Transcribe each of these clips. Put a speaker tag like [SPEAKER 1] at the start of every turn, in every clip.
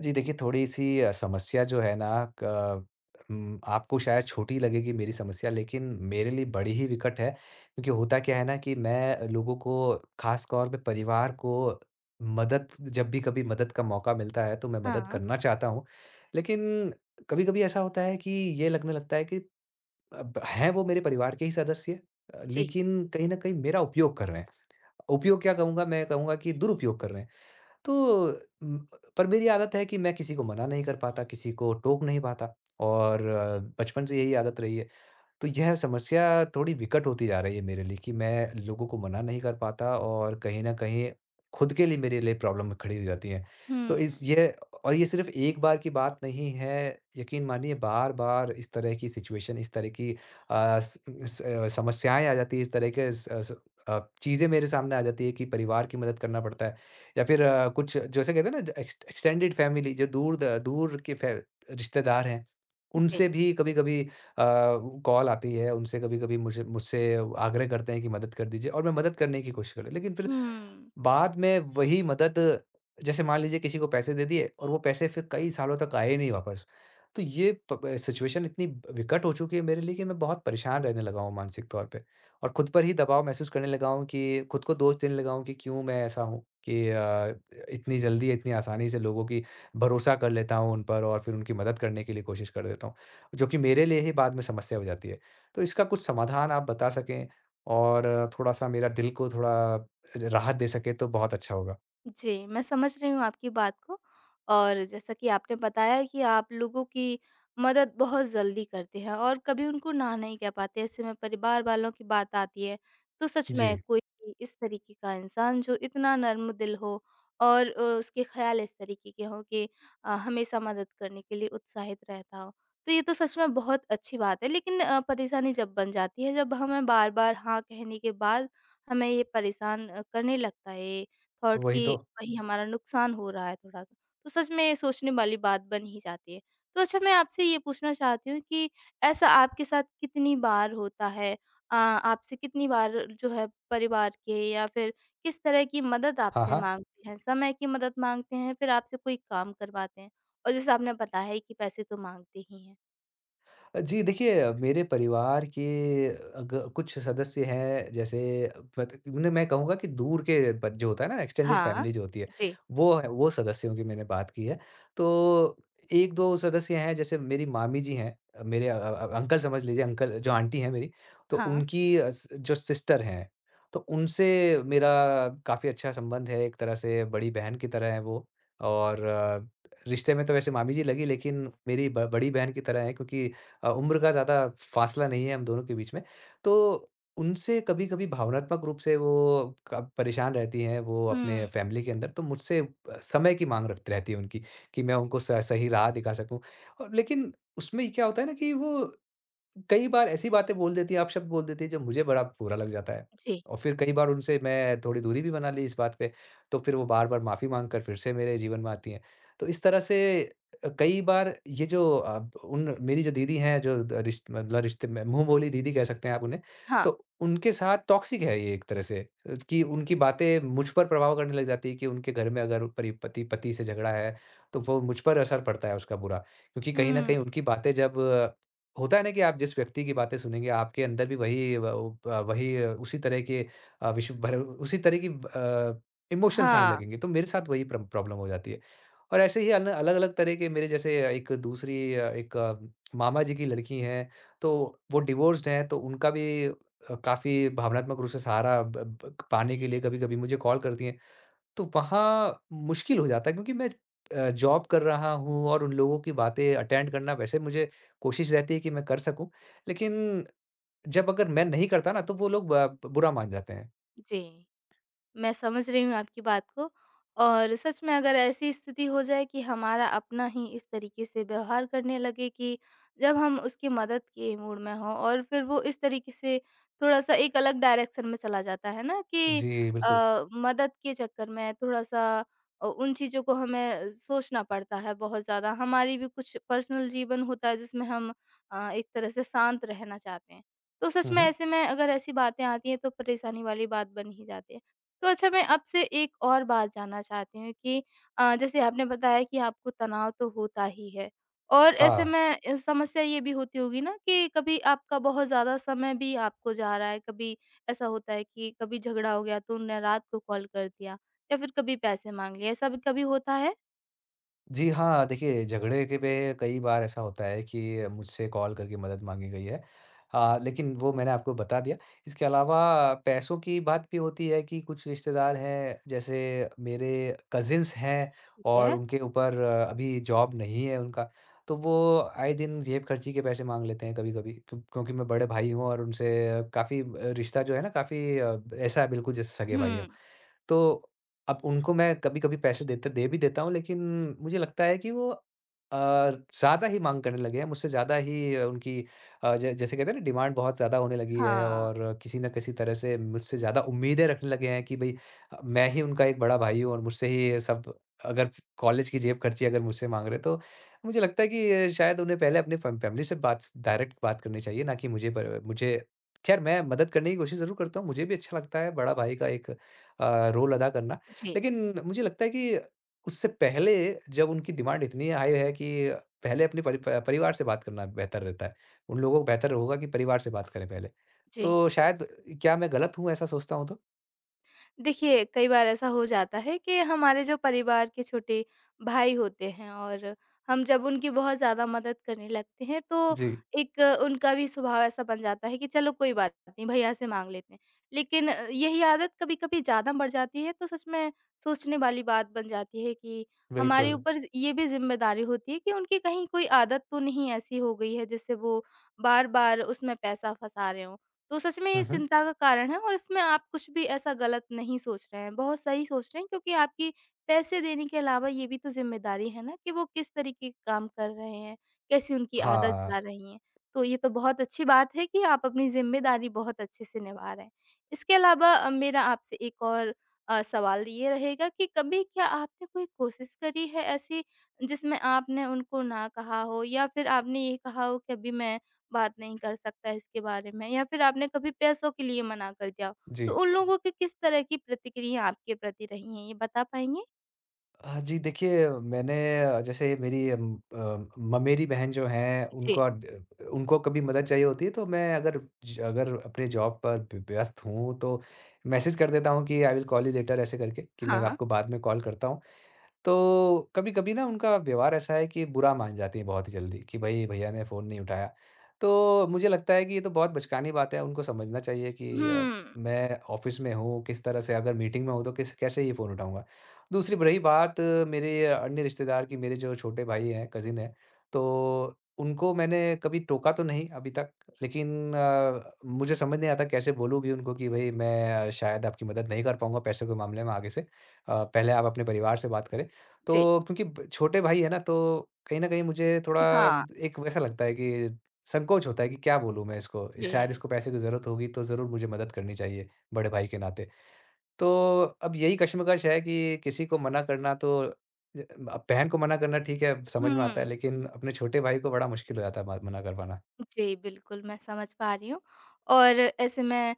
[SPEAKER 1] जी देखिए, थोड़ी-सी समस्या जो है ना। क आपको शायद छोटी लगेगी मेरी समस्या, लेकिन मेरे लिए बड़ी ही विकट है। क्योंकि होता क्या है ना कि मैं लोगों को ख़ास तौर पे परिवार को मदद जब भी कभी मदद का मौका मिलता है तो मैं मदद
[SPEAKER 2] हाँ।
[SPEAKER 1] करना चाहता हूँ। लेकिन कभी-कभी ऐसा होता है कि ये लगने लगता है कि अब हैं वो मेरे परिवार के ही सदस्य,
[SPEAKER 2] जी।
[SPEAKER 1] लेकिन कहीं न कहीं मेरा उपयोग कर रहे हैं। उपयोग क्या कहूँगा, मैं कहूँगा कि दुरुपयोग कर रहे हैं। तो उम, पर मेरी आदत है कि मैं किसी को मना नहीं कर पाता, किसी को टोक नहीं पाता, और बचपन से यही आदत रही है। तो यह समस्या थोड़ी विकट होती जा रही है मेरे लिए, कि मैं लोगों को मना नहीं कर पाता, और कहीं न कहीं खुद के लिए मेरे लिए प्रॉब्लम खड़ी हो जाती है।
[SPEAKER 2] हुँ,
[SPEAKER 1] तो इस ये और ये सिर्फ़ एक बार की बात नहीं है, यकीन मानिए बार-बार इस तरह की सिचुएशन, इस तरह की अ, स स अ, समस्याएँ आ जाती हैं, इस तरह के स स अ, चीज़ें मेरे सामने आ जाती हैं कि परिवार की मदद करना पड़ता है, या फिर कुछ जैसे कहते हैं ना एक्सटेंडेड फैमिली जो दूर द दूर के फै रिश्तेदार हैं,
[SPEAKER 2] जी।
[SPEAKER 1] उनसे भी कभी-कभी अ, कॉल आती है, उनसे कभी-कभी मुझे मुझसे आग्रह करते हैं कि मदद कर दीजिए, और मैं मदद करने की कोशिश कर लेकिन फिर
[SPEAKER 2] हुँ।
[SPEAKER 1] बाद में वही मदद, जैसे मान लीजिए किसी को पैसे दे दिए और वो पैसे फिर कई सालों तक आए ही नहीं वापस। तो ये प सिचुएशन इतनी विकट हो चुकी है मेरे लिए कि मैं बहुत परेशान रहने लगा हूँ मानसिक तौर पे, और खुद पर ही दबाव महसूस करने लगा हूँ, कि खुद को दोष देने लगा हूँ, कि क्यों मैं ऐसा हूँ कि इतनी जल्दी, इतनी आसानी से लोगों की भरोसा कर लेता हूँ उन पर, और फिर उनकी मदद करने के लिए कोशिश कर देता हूँ, जो कि मेरे लिए ही बाद में समस्या हो जाती है। तो इसका कुछ समाधान आप बता सकें और थोड़ा-सा मेरा दिल को थोड़ा राहत दे सके तो बहुत अच्छा होगा।
[SPEAKER 2] जी, मैं समझ रही हूँ आपकी बात को और जैसा कि आपने बताया कि आप लोगों की मदद बहुत जल्दी करते हैं और कभी उनको ना नहीं कह पाते। ऐसे में परिवार वालों की बात आती है, तो सच में
[SPEAKER 1] जी,
[SPEAKER 2] कोई भी इस तरीके का इंसान जो इतना नर्म दिल हो और उसके ख़्याल इस तरीके के हों कि हमेशा मदद करने के लिए उत्साहित रहता हो। तो ये तो सच में बहुत अच्छी बात है, लेकिन परेशानी जब बन जाती है, जब हमें बार-बार हाँ कहने के बाद हमें ये परेशान करने लगता है थॉट
[SPEAKER 1] वही
[SPEAKER 2] कि
[SPEAKER 1] तो।
[SPEAKER 2] वही हमारा नुकसान हो रहा है थोड़ा-सा, तो सच में सोचने वाली बात बन ही जाती है। तो अच्छा मैं आपसे ये पूछना चाहती हूँ कि ऐसा आपके साथ कितनी बार होता है? आपसे कितनी बार जो है परिवार के या फिर किस तरह की मदद
[SPEAKER 1] हाँ,
[SPEAKER 2] आपसे
[SPEAKER 1] हाँ।
[SPEAKER 2] माँगते हैं? समय की मदद माँगते हैं, फिर आपसे कोई काम करवाते हैं? और जैसे आपने बताया है कि पैसे तो माँगते ही हैं।
[SPEAKER 1] जी, देखिए मेरे परिवार के अग कुछ सदस्य हैं, जैसे पत उन्हें मैं कहूँगा कि दूर के, ब जो होता है ना एक्सटेंडेड
[SPEAKER 2] हाँ।
[SPEAKER 1] फ़ैमिली जो होती है,
[SPEAKER 2] जी।
[SPEAKER 1] वो सदस्यों की मैंने बात की है। तो 1-2 सदस्य हैं, जैसे मेरी मामी जी हैं, मेरे अंकल, समझ लीजिए अंकल जो आंटी हैं मेरी, तो
[SPEAKER 2] हाँ।
[SPEAKER 1] उनकी अ, स जो सिस्टर हैं, तो उनसे मेरा काफ़ी अच्छा संबंध है, एक तरह से बड़ी बहन की तरह हैं वो। और रिश्ते में तो वैसे मामी जी लगी, लेकिन मेरी ब बड़ी बहन की तरह हैं, क्योंकि उम्र का ज़्यादा फासला नहीं है हम दोनों के बीच में। तो उनसे कभी-कभी भावनात्मक रूप से वो क परेशान रहती हैं, वो अपने
[SPEAKER 2] हुँ।
[SPEAKER 1] फ़ैमिली के अंदर, तो मुझसे समय की माँग रख रहती है उनकी, कि मैं उनको स सही राह दिखा सकूँ। और लेकिन उसमें क्या होता है ना कि वो कई बार ऐसी बातें बोल देती हैं, आप शब्द बोल देती हैं, जो मुझे बड़ा बुरा लग जाता है।
[SPEAKER 2] जी।
[SPEAKER 1] और फिर कई बार उनसे मैं थोड़ी दूरी भी बना ली इस बात पे, तो फिर वो बार-बार माफ़ी माँग कर फिर से मेरे जीवन में आती हैं। तो इस तरह से कई बार, ये जो अब उन मेरी जो दीदी हैं, जो द रिश मतलब रिश्ते में मुँह बोली दीदी कह सकते हैं आप उन्हें,
[SPEAKER 2] हाँ।
[SPEAKER 1] तो उनके साथ टॉक्सिक है ये एक तरह से, कि उनकी बातें मुझ पर प्रभाव करने लग जाती है, कि उनके घर में अगर परि पति पति से झगड़ा है, तो वो मुझ पर असर पड़ता है उसका बुरा। क्योंकि कहीं न
[SPEAKER 2] हुँ।
[SPEAKER 1] कहीं उनकी बातें, जब होता है ना कि आप जिस व्यक्ति की बातें सुनेंगे, आपके अंदर भी वही वही उसी तरह के विश्व भर उसी तरह की इमोशंस आने
[SPEAKER 2] हाँ।
[SPEAKER 1] लगेंगे, तो मेरे साथ वही प्रॉब्लम हो जाती है। और ऐसे ही, अन अलग-अलग तरह के मेरे, जैसे एक दूसरी मामा जी की लड़की हैं, तो वो डिवोर्स्ड हैं, तो उनका भी काफ़ी भावनात्मक रूप से सहारा ब ब पाने के लिए कभी-कभी मुझे कॉल करती हैं। तो वहाँ मुश्किल हो जाता है क्योंकि मैं जॉब कर रहा हूँ, और उन लोगों की बातें अटेंड करना, वैसे मुझे कोशिश रहती है कि मैं कर सकूँ। लेकिन जब अगर मैं नहीं करता ना तो वो लोग ब बुरा मान जाते हैं।
[SPEAKER 2] जी। मैं समझ रही हूँ आपकी बात को और सच में अगर ऐसी स्थिति हो जाए कि हमारा अपना ही इस तरीके से व्यवहार करने लगे कि जब हम उसकी मदद के मूड में हों और फिर वो इस तरीके से थोड़ा-सा एक अलग डायरेक्शन में चला जाता है ना कि
[SPEAKER 1] जी, बिल्कुल।
[SPEAKER 2] मदद के चक्कर में थोड़ा-सा उन चीज़ों को हमें सोचना पड़ता है बहुत ज़्यादा। हमारी भी कुछ पर्सनल जीवन होता है जिसमें हम एक तरह से शांत रहना चाहते हैं। तो सच
[SPEAKER 1] हुँ,
[SPEAKER 2] में
[SPEAKER 1] हुँ।
[SPEAKER 2] ऐसे में अगर ऐसी बातें आती हैं तो परेशानी वाली बात बन ही जाती है। तो अच्छा मैं आपसे एक और बात जानना चाहती हूँ कि जैसे आपने बताया कि आपको तनाव तो होता ही है और ऐसे
[SPEAKER 1] हाँ।
[SPEAKER 2] में समस्या ये भी होती होगी ना कि कभी आपका बहुत ज़्यादा समय भी आपको जा रहा है, कभी ऐसा होता है कि कभी झगड़ा हो गया तो उनने रात को कॉल कर दिया या फिर कभी पैसे माँग लिए, ऐसा भी कभी होता है?
[SPEAKER 1] जी हाँ, देखिए झगड़े के पे कई बार ऐसा होता है कि मुझसे कॉल करके मदद माँगी गई है। लेकिन वो मैंने आपको बता दिया। इसके अलावा पैसों की बात भी होती है, कि कुछ रिश्तेदार हैं, जैसे मेरे कज़िन्स हैं,
[SPEAKER 2] ठीक
[SPEAKER 1] और
[SPEAKER 2] है।
[SPEAKER 1] उनके ऊपर अभी जॉब नहीं है उनका, तो वो आए दिन जेब-खर्ची के पैसे माँग लेते हैं कभी-कभी, क्योंकि मैं बड़े भाई हूँ और उनसे काफ़ी रिश्ता जो है ना, काफ़ी ऐसा है बिल्कुल जैसे सगे भाई हों।
[SPEAKER 2] हुँ,
[SPEAKER 1] तो अब उनको मैं कभी-कभी पैसे देता दे भी देता हूँ, लेकिन मुझे लगता है कि वो अ, ज़्यादा ही माँग करने लगे हैं, मुझसे ज़्यादा ही, उनकी अ, ज जैसे कहते हैं ना डिमांड बहुत ज़्यादा होने लगी है,
[SPEAKER 2] हाँ।
[SPEAKER 1] और किसी न किसी तरह से मुझसे ज़्यादा उम्मीदें रखने लगे हैं कि भई, मैं ही उनका एक बड़ा भाई हूँ और मुझसे ही ये सब। अगर कॉलेज की जेब खर्ची अगर मुझसे माँग रहे हैं, तो मुझे लगता है कि शायद उन्हें पहले अपने फ़ैमिली से बात डायरेक्ट बात करनी चाहिए, ना कि मुझे, पर मुझे खैर, मैं मदद करने की कोशिश ज़रूर करता हूँ, मुझे भी अच्छा लगता है बड़ा भाई का एक रोल अदा करना।
[SPEAKER 2] जी,
[SPEAKER 1] लेकिन मुझे लगता है कि उससे पहले, जब उनकी डिमांड इतनी हाई है, कि पहले अपने परिवार से बात करना बेहतर रहता है। उन लोगों को बेहतर होगा कि परिवार से बात करें पहले।
[SPEAKER 2] जी।
[SPEAKER 1] तो शायद, क्या मैं गलत हूँ ऐसा सोचता हूँ तो?
[SPEAKER 2] देखिए, कई बार ऐसा हो जाता है कि हमारे जो परिवार के छोटे भाई होते हैं और हम जब उनकी बहुत ज़्यादा मदद करने लगते हैं, तो
[SPEAKER 1] जी,
[SPEAKER 2] एक उनका भी स्वभाव ऐसा बन जाता है कि चलो कोई बात नहीं, भैया से माँग लेते हैं। लेकिन यही आदत कभी-कभी ज़्यादा बढ़ जाती है, तो सच में सोचने वाली बात बन जाती है कि हमारे
[SPEAKER 1] बिल्कुल।
[SPEAKER 2] ऊपर ज़ ये भी ज़िम्मेदारी होती है कि उनकी कहीं कोई आदत तो नहीं ऐसी हो गई है, जिससे वो बार-बार उसमें पैसा फँसा रहे हों। तो सच में ये
[SPEAKER 1] हुँ, हुँ।
[SPEAKER 2] चिंता का कारण है और इसमें आप कुछ भी ऐसा गलत नहीं सोच रहे हैं, बहुत सही सोच रहे हैं क्योंकि आपकी पैसे देने के अलावा ये भी तो ज़िम्मेदारी है ना कि वो किस तरीके के काम कर रहे हैं, कैसी उनकी आदत
[SPEAKER 1] हाँ,
[SPEAKER 2] जा रही है। तो ये तो बहुत अच्छी बात है कि आप अपनी ज़िम्मेदारी बहुत अच्छे से निभा रहे हैं। इसके अलावा मेरा आपसे एक और सवाल ये रहेगा कि कभी क्या आपने कोई कोशिश करी है ऐसी जिसमें आपने उनको ना कहा हो या फिर आपने ये कहा हो कि अभी मैं बात नहीं कर सकता इसके बारे में या फिर आपने कभी पैसों के लिए मना कर दिया हो,
[SPEAKER 1] जी।
[SPEAKER 2] तो उन लोगों की किस तरह की प्रतिक्रिया आपके प्रति रही हैं, ये बता पाएँगे?
[SPEAKER 1] हाँ जी, देखिए मैंने जैसे मेरी म मेरी बहन जो हैं
[SPEAKER 2] जी।
[SPEAKER 1] उनका ड उनको कभी मदद चाहिए होती है तो मैं, अगर ज अगर अपने जॉब पर व्यस्त हूँ तो मैसेज कर देता हूँ कि I will call you later, ऐसे करके कि मैं
[SPEAKER 2] हाँ।
[SPEAKER 1] आपको बाद में कॉल करता हूँ। तो कभी-कभी ना उनका व्यवहार ऐसा है कि बुरा मान जाती हैं बहुत ही जल्दी, कि भई भैया ने फ़ोन नहीं उठाया। तो मुझे लगता है कि ये तो बहुत बचकानी बात है, उनको समझना चाहिए कि
[SPEAKER 2] हुँ।
[SPEAKER 1] मैं ऑफ़िस में हूँ, किस तरह से अगर मीटिंग में हूँ तो किस कैसे ये फ़ोन उठाऊँगा। दूसरी रही बात मेरे अन्य रिश्तेदार की, मेरे जो छोटे भाई हैं, कज़िन हैं, तो उनको मैंने कभी टोका तो नहीं अभी तक, लेकिन मुझे समझ नहीं आता कैसे बोलूँ भी उनको कि भई, मैं शायद आपकी मदद नहीं कर पाऊँगा पैसे के मामले में आगे से। पहले आप अपने परिवार से बात करें।
[SPEAKER 2] जी।
[SPEAKER 1] तो क्योंकि ब छोटे भाई है ना, तो कहीं न कहीं मुझे थोड़ा
[SPEAKER 2] हाँ।
[SPEAKER 1] एक वैसा लगता है कि संकोच होता है कि क्या बोलूँ मैं इसको? शायद
[SPEAKER 2] जी।
[SPEAKER 1] इसको पैसे की ज़रूरत होगी, तो ज़रूर मुझे मदद करनी चाहिए, बड़े भाई के नाते। तो अब यही कश्मकश है कि किसी को मना करना तो, ज अब बहन को मना करना ठीक है, समझ में आता
[SPEAKER 2] हुँ।
[SPEAKER 1] है, लेकिन अपने छोटे भाई को बड़ा मुश्किल हो जाता है म मना कर पाना।
[SPEAKER 2] जी, बिल्कुल, मैं समझ पा रही हूँ और ऐसे में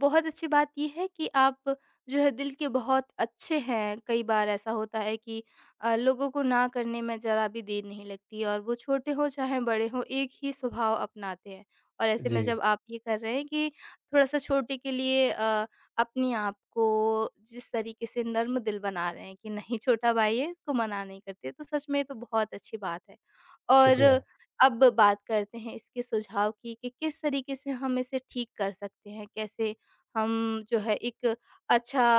[SPEAKER 2] बहुत अच्छी बात ये है कि आप जो है दिल के बहुत अच्छे हैं। कई बार ऐसा होता है कि लोगों को ना करने में ज़रा भी देर नहीं लगती और वो छोटे हों चाहे बड़े हों, एक ही स्वभाव अपनाते हैं। और ऐसे में जब
[SPEAKER 1] जी,
[SPEAKER 2] आप ये कर रहे हैं कि थोड़ा-सा छोटे के लिए अपने आप को जिस तरीके से नर्म दिल बना रहे हैं कि नहीं छोटा भाई है, इसको मना नहीं करते, तो सच में ये तो बहुत अच्छी बात है। और
[SPEAKER 1] शुक्रिया।
[SPEAKER 2] अब बात करते हैं इसके सुझाव की कि किस तरीके से हम इसे ठीक कर सकते हैं, कैसे हम जो है एक अच्छा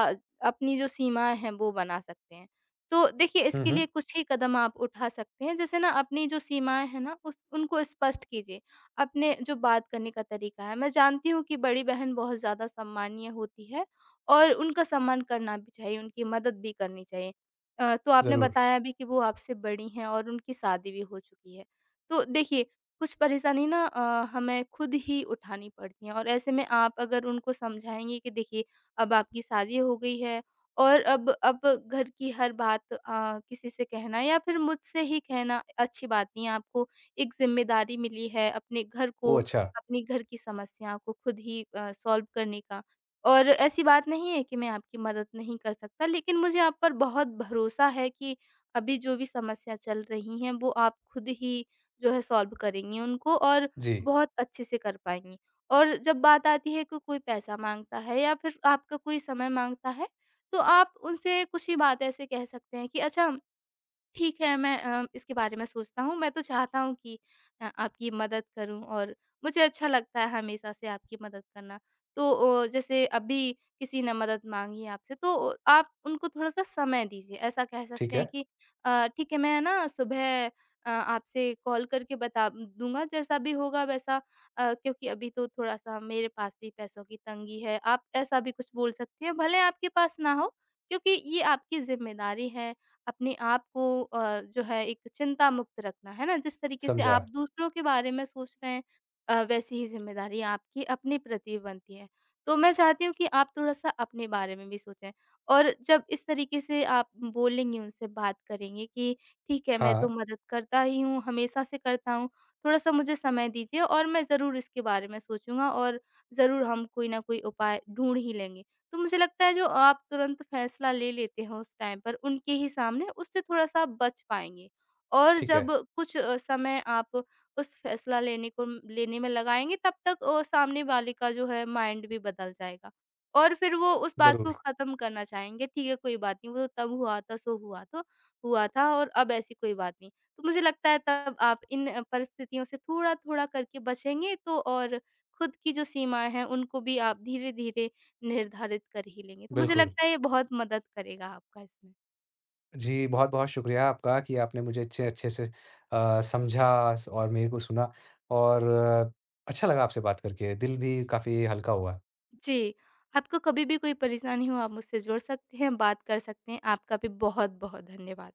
[SPEAKER 2] अपनी जो सीमाएँ हैं वो बना सकते हैं। तो देखिए
[SPEAKER 1] हुँ,
[SPEAKER 2] इसके
[SPEAKER 1] हुँ,
[SPEAKER 2] लिए कुछ ही कदम आप उठा सकते हैं, जैसे ना अपनी जो सीमाएँ हैं ना उस उनको स्पष्ट कीजिए, अपने जो बात करने का तरीका है। मैं जानती हूँ कि बड़ी बहन बहुत ज़्यादा सम्मानीय होती है और उनका सम्मान करना भी चाहिए, उनकी मदद भी करनी चाहिए। तो आपने
[SPEAKER 1] ज़रूर।
[SPEAKER 2] बताया भी कि वो आपसे बड़ी हैं और उनकी शादी भी हो चुकी है। तो देखिए, कुछ परेशानी ना हमें खुद ही उठानी पड़ती हैं और ऐसे में आप अगर उनको समझाएँगे कि देखिए, अब आपकी शादी हो गई है और अब घर की हर बात किसी से कहना या फिर मुझसे ही कहना अच्छी बात नहीं है। आपको एक ज़िम्मेदारी मिली है अपने घर को,
[SPEAKER 1] ओह! अच्छा।
[SPEAKER 2] अपने घर की समस्या को खुद ही सॉल्व करने का और ऐसी बात नहीं है कि मैं आपकी मदद नहीं कर सकता, लेकिन मुझे आप पर बहुत भरोसा है कि अभी जो भी समस्या चल रही हैं, वो आप खुद ही जो है सॉल्व करेंगी उनको और
[SPEAKER 1] जी,
[SPEAKER 2] बहुत अच्छे से कर पाएँगी। और जब बात आती है कि कोई पैसा माँगता है या फिर आपका कोई समय माँगता है, तो आप उनसे कुछ ही बात ऐसे कह सकते हैं कि अच्छा ठीक है, मैं इसके बारे में सोचता हूँ। मैं तो चाहता हूँ कि आपकी मदद करूँ और मुझे अच्छा लगता है हमेशा से आपकी मदद करना। तो जैसे अभी किसी ने मदद माँगी आपसे तो आप उनको थोड़ा-सा समय दीजिए। ऐसा कह सकते
[SPEAKER 1] ठीक
[SPEAKER 2] हैं
[SPEAKER 1] है,
[SPEAKER 2] कि ठीक है मैं ना सुबह आपसे कॉल करके बता दूँगा जैसा भी होगा वैसा क्योंकि अभी तो थोड़ा-सा मेरे पास भी पैसों की तंगी है। आप ऐसा भी कुछ बोल सकती हैं, भले आपके पास ना हो क्योंकि ये आपकी ज़िम्मेदारी है अपने आप को जो है एक चिंता मुक्त रखना, है ना? जिस तरीके से
[SPEAKER 1] समझा।
[SPEAKER 2] आप दूसरों के बारे में सोच रहे हैं वैसी ही ज़िम्मेदारी आपकी अपने प्रति बनती है। तो मैं चाहती हूँ कि आप थोड़ा-सा अपने बारे में भी सोचें और जब इस तरीके से आप बोलेंगी उनसे बात करेंगी कि ठीक है, मैं
[SPEAKER 1] हाँ,
[SPEAKER 2] तो मदद करता ही हूँ, हमेशा से करता हूँ, थोड़ा-सा मुझे समय दीजिए और मैं ज़रूर इसके बारे में सोचूँगा और ज़रूर हम कोई ना कोई उपाय ढूँढ ही लेंगे। तो मुझे लगता है जो आप तुरंत फैसला ले लेते हो उस टाइम पर उनके ही सामने, उससे थोड़ा-सा बच पाएँगे। और
[SPEAKER 1] ठीक
[SPEAKER 2] जब
[SPEAKER 1] है,
[SPEAKER 2] कुछ समय आप उस फैसला लेने को लेने में लगाएँगे तब तक सामने वाले का जो है माइंड भी बदल जाएगा। और फिर वो उस बात को
[SPEAKER 1] ज़रूर,
[SPEAKER 2] ख़त्म करना चाहेंगे, ठीक है कोई बात नहीं वो तब हुआ था सो हुआ तो हुआ था और अब ऐसी कोई बात नहीं। तो मुझे लगता है तब आप इन परिस्थितियों से थोड़ा-थोड़ा करके बचेंगे तो और खुद की जो सीमाएँ हैं उनको भी आप धीरे-धीरे निर्धारित कर ही लेंगे। तो मुझे
[SPEAKER 1] बिल्कुल।
[SPEAKER 2] लगता है ये बहुत मदद करेगा आपका इसमें।
[SPEAKER 1] जी, बहुत-बहुत शुक्रिया आपका, कि आपने मुझे इतने अच्छे से समझा स और मेरे को सुना, और अच्छा लगा आपसे बात करके, दिल भी काफ़ी हल्का हुआ।
[SPEAKER 2] जी, आपको कभी भी कोई परेशानी हो आप मुझसे जुड़ सकते हैं, बात कर सकते हैं। आपका भी बहुत-बहुत धन्यवाद।